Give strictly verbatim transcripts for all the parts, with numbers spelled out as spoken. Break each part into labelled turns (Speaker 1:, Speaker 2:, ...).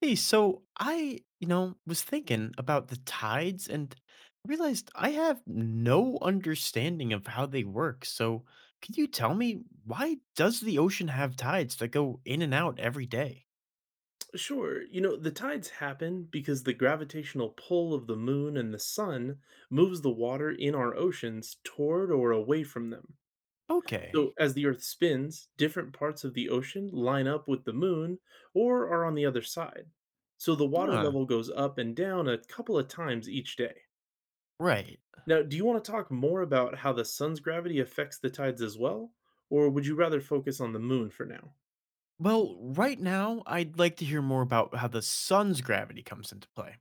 Speaker 1: Hey, so I, you know, was thinking about the tides and realized I have no understanding of how they work. So, could you tell me why does the ocean have tides that go in and out every day?
Speaker 2: Sure. You know, the tides happen because the gravitational pull of the moon and the sun moves the water in our oceans toward or away from them. So,
Speaker 1: Okay.
Speaker 2: as the Earth spins, different parts of the ocean line up with the moon or are on the other side. So, the water
Speaker 1: Huh.
Speaker 2: level goes up and down a couple of times each day.
Speaker 1: Right.
Speaker 2: Now, do you want to talk more about how the sun's gravity affects the tides as well? Or would you rather focus on the moon for now?
Speaker 1: Well, right now I'd like to hear more about how the sun's gravity comes into play.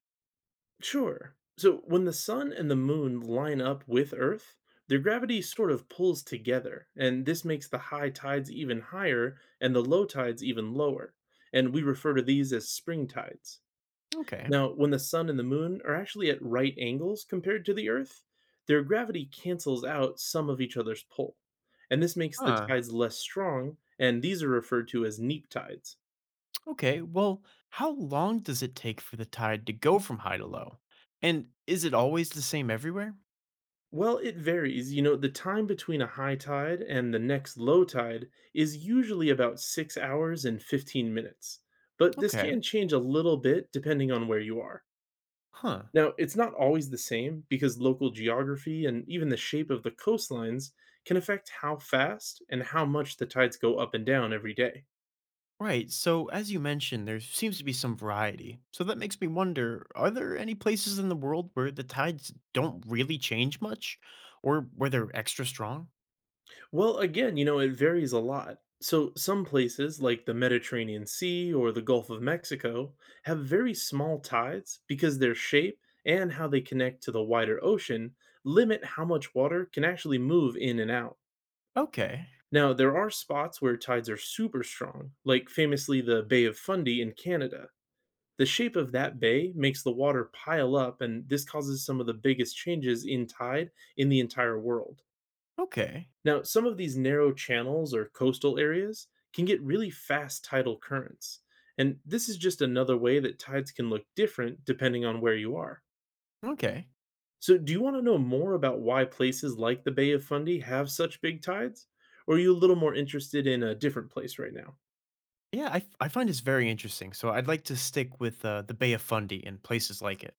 Speaker 2: Sure. So when the sun and the moon line up with Earth, their gravity sort of pulls together, and this makes the high tides even higher and the low tides even lower. And we refer to these as spring tides.
Speaker 1: Okay.
Speaker 2: Now, when the sun and the moon are actually at right angles compared to the Earth, their gravity cancels out some of each other's pull. And this makes the
Speaker 1: Huh.
Speaker 2: tides less strong, and these are referred to as neap tides.
Speaker 1: Okay. Well, how long does it take for the tide to go from high to low? And is it always the same everywhere?
Speaker 2: Well, it varies. You know, the time between a high tide and the next low tide is usually about six hours and fifteen minutes, but this
Speaker 1: Okay.
Speaker 2: can change a little bit depending on where you are.
Speaker 1: Huh.
Speaker 2: Now, it's not always the same because local geography and even the shape of the coastlines can affect how fast and how much the tides go up and down every day.
Speaker 1: Right. So, as you mentioned, there seems to be some variety. So, that makes me wonder, are there any places in the world where the tides don't really change much or where they're extra strong?
Speaker 2: Well, again, you know, it varies a lot. So, some places like the Mediterranean Sea or the Gulf of Mexico have very small tides because their shape and how they connect to the wider ocean limit how much water can actually move in and out.
Speaker 1: Okay.
Speaker 2: Now, there are spots where tides are super strong, like famously the Bay of Fundy in Canada. The shape of that bay makes the water pile up, and this causes some of the biggest changes in tide in the entire world.
Speaker 1: Okay.
Speaker 2: Now, some of these narrow channels or coastal areas can get really fast tidal currents. And this is just another way that tides can look different depending on where you are.
Speaker 1: Okay.
Speaker 2: So, do you want to know more about why places like the Bay of Fundy have such big tides? Or are you a little more interested in a different place right now?
Speaker 1: Yeah, I, f- I find this very interesting. So, I'd like to stick with uh, the Bay of Fundy and places like it.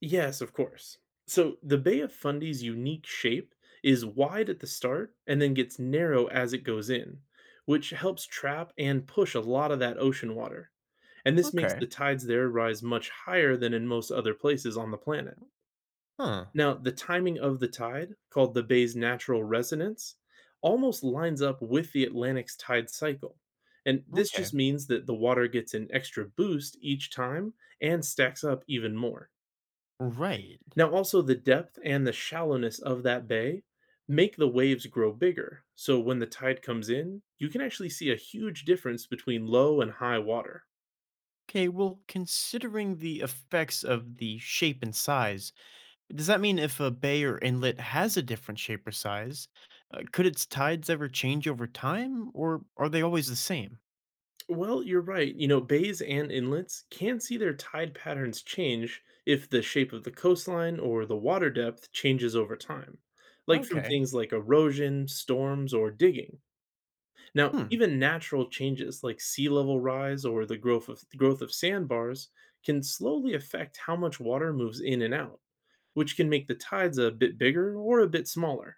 Speaker 2: Yes, of course. So, the Bay of Fundy's unique shape is wide at the start and then gets narrow as it goes in, which helps trap and push a lot of that ocean water. And this makes
Speaker 1: Okay.
Speaker 2: the tides there rise much higher than in most other places on the planet.
Speaker 1: Huh.
Speaker 2: Now, the timing of the tide, called the bay's natural resonance, almost lines up with the Atlantic's tide cycle. And this
Speaker 1: Okay.
Speaker 2: just means that the water gets an extra boost each time and stacks up even more.
Speaker 1: Right.
Speaker 2: Now, also, the depth and the shallowness of that bay make the waves grow bigger. So, when the tide comes in, you can actually see a huge difference between low and high water.
Speaker 1: Okay. Well, considering the effects of the shape and size, does that mean if a bay or inlet has a different shape or size, uh, could its tides ever change over time, or are they always the same?
Speaker 2: Well, you're right. You know, bays and inlets can see their tide patterns change if the shape of the coastline or the water depth changes over time, like from
Speaker 1: Okay.
Speaker 2: things like erosion, storms, or digging. Now,
Speaker 1: Hmm.
Speaker 2: even natural changes like sea level rise or the growth of growth of sandbars can slowly affect how much water moves in and out, which can make the tides a bit bigger or a bit smaller.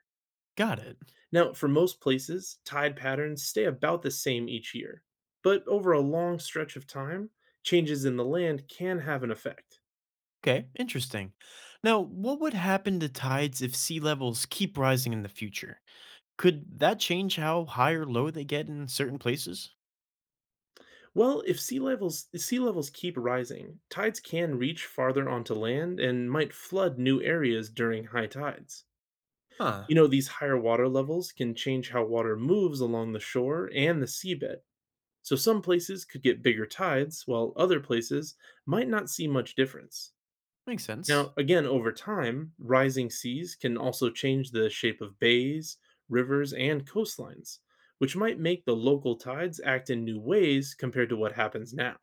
Speaker 1: Got it.
Speaker 2: Now, for most places, tide patterns stay about the same each year, but over a long stretch of time, changes in the land can have an effect.
Speaker 1: Okay. Interesting. Now, what would happen to tides if sea levels keep rising in the future? Could that change how high or low they get in certain places?
Speaker 2: Well, if sea levels if sea levels keep rising, tides can reach farther onto land and might flood new areas during high tides. You
Speaker 1: Huh.
Speaker 2: know, these higher water levels can change how water moves along the shore and the seabed. So some places could get bigger tides, while other places might not see much difference.
Speaker 1: Makes sense.
Speaker 2: Now, again, over time, rising seas can also change the shape of bays, rivers, and coastlines, which might make the local tides act in new ways compared to what happens now.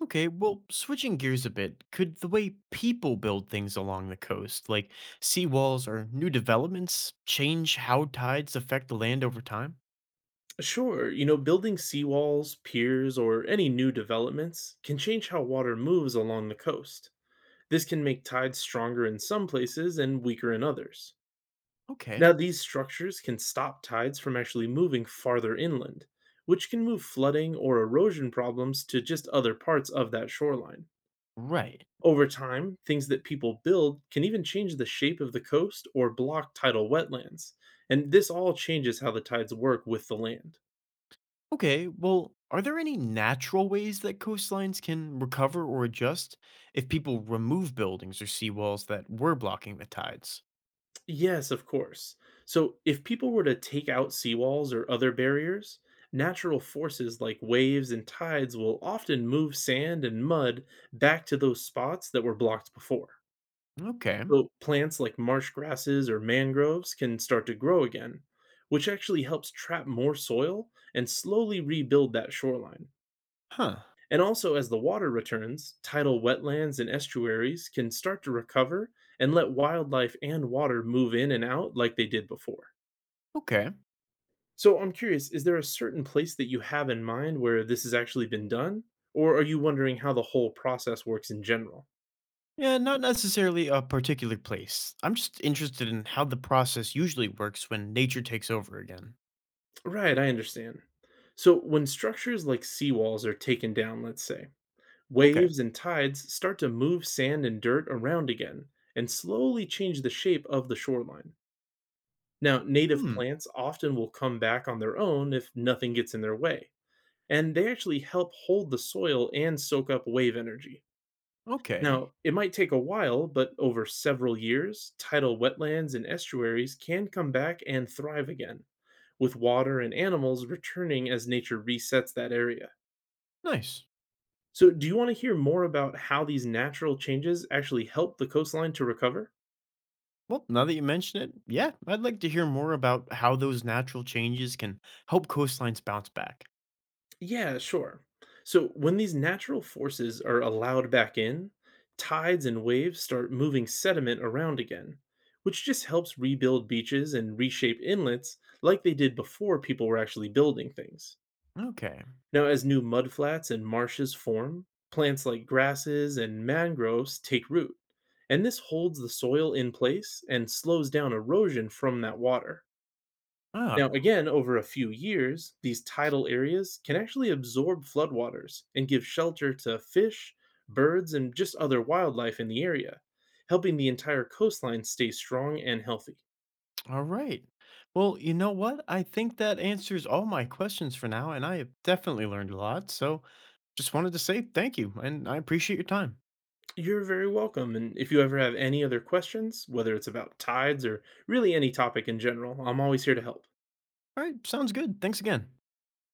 Speaker 1: Okay, well, switching gears a bit, could the way people build things along the coast, like seawalls or new developments, change how tides affect the land over time?
Speaker 2: Sure, you know, building seawalls, piers, or any new developments can change how water moves along the coast. This can make tides stronger in some places and weaker in others.
Speaker 1: Okay,
Speaker 2: Now, these structures can stop tides from actually moving farther inland, which can move flooding or erosion problems to just other parts of that shoreline.
Speaker 1: right.
Speaker 2: Over time, things that people build can even change the shape of the coast or block tidal wetlands. And this all changes how the tides work with the land.
Speaker 1: Okay, well, are there any natural ways that coastlines can recover or adjust if people remove buildings or seawalls that were blocking the tides?
Speaker 2: Yes, of course. So, if people were to take out seawalls or other barriers, natural forces like waves and tides will often move sand and mud back to those spots that were blocked before.
Speaker 1: Okay,
Speaker 2: So plants like marsh grasses or mangroves can start to grow again, which actually helps trap more soil and slowly rebuild that shoreline.
Speaker 1: huh,
Speaker 2: And also, as the water returns, tidal wetlands and estuaries can start to recover and let wildlife and water move in and out like they did before.
Speaker 1: okay.
Speaker 2: So, I'm curious, is there a certain place that you have in mind where this has actually been done? Or are you wondering how the whole process works in general?
Speaker 1: Yeah, not necessarily a particular place. I'm just interested in how the process usually works when nature takes over again.
Speaker 2: Right, I understand. So, when structures like seawalls are taken down, let's say,
Speaker 1: Okay.
Speaker 2: waves and tides start to move sand and dirt around again and slowly change the shape of the shoreline. Now, native
Speaker 1: Hmm.
Speaker 2: plants often will come back on their own if nothing gets in their way, and they actually help hold the soil and soak up wave energy.
Speaker 1: Okay.
Speaker 2: Now, it might take a while, but over several years, tidal wetlands and estuaries can come back and thrive again with water and animals returning as nature resets that area.
Speaker 1: Nice.
Speaker 2: So, do you want to hear more about how these natural changes actually help the coastline to recover?
Speaker 1: Well, now that you mention it, yeah, I'd like to hear more about how those natural changes can help coastlines bounce back.
Speaker 2: Yeah, sure. So, when these natural forces are allowed back in, tides and waves start moving sediment around again, which just helps rebuild beaches and reshape inlets like they did before people were actually building things.
Speaker 1: Okay.
Speaker 2: Now, as new mudflats and marshes form, plants like grasses and mangroves take root, and this holds the soil in place and slows down erosion from that water. Now,
Speaker 1: Oh,
Speaker 2: again, over a few years, these tidal areas can actually absorb floodwaters and give shelter to fish, birds, and just other wildlife in the area, helping the entire coastline stay strong and healthy.
Speaker 1: all right. Well, you know what? I think that answers all my questions for now, and I have definitely learned a lot. So just wanted to say thank you, and I appreciate your time.
Speaker 2: You're very welcome. And if you ever have any other questions, whether it's about tides or really any topic in general, I'm always here to help.
Speaker 1: All right. Sounds good. Thanks again.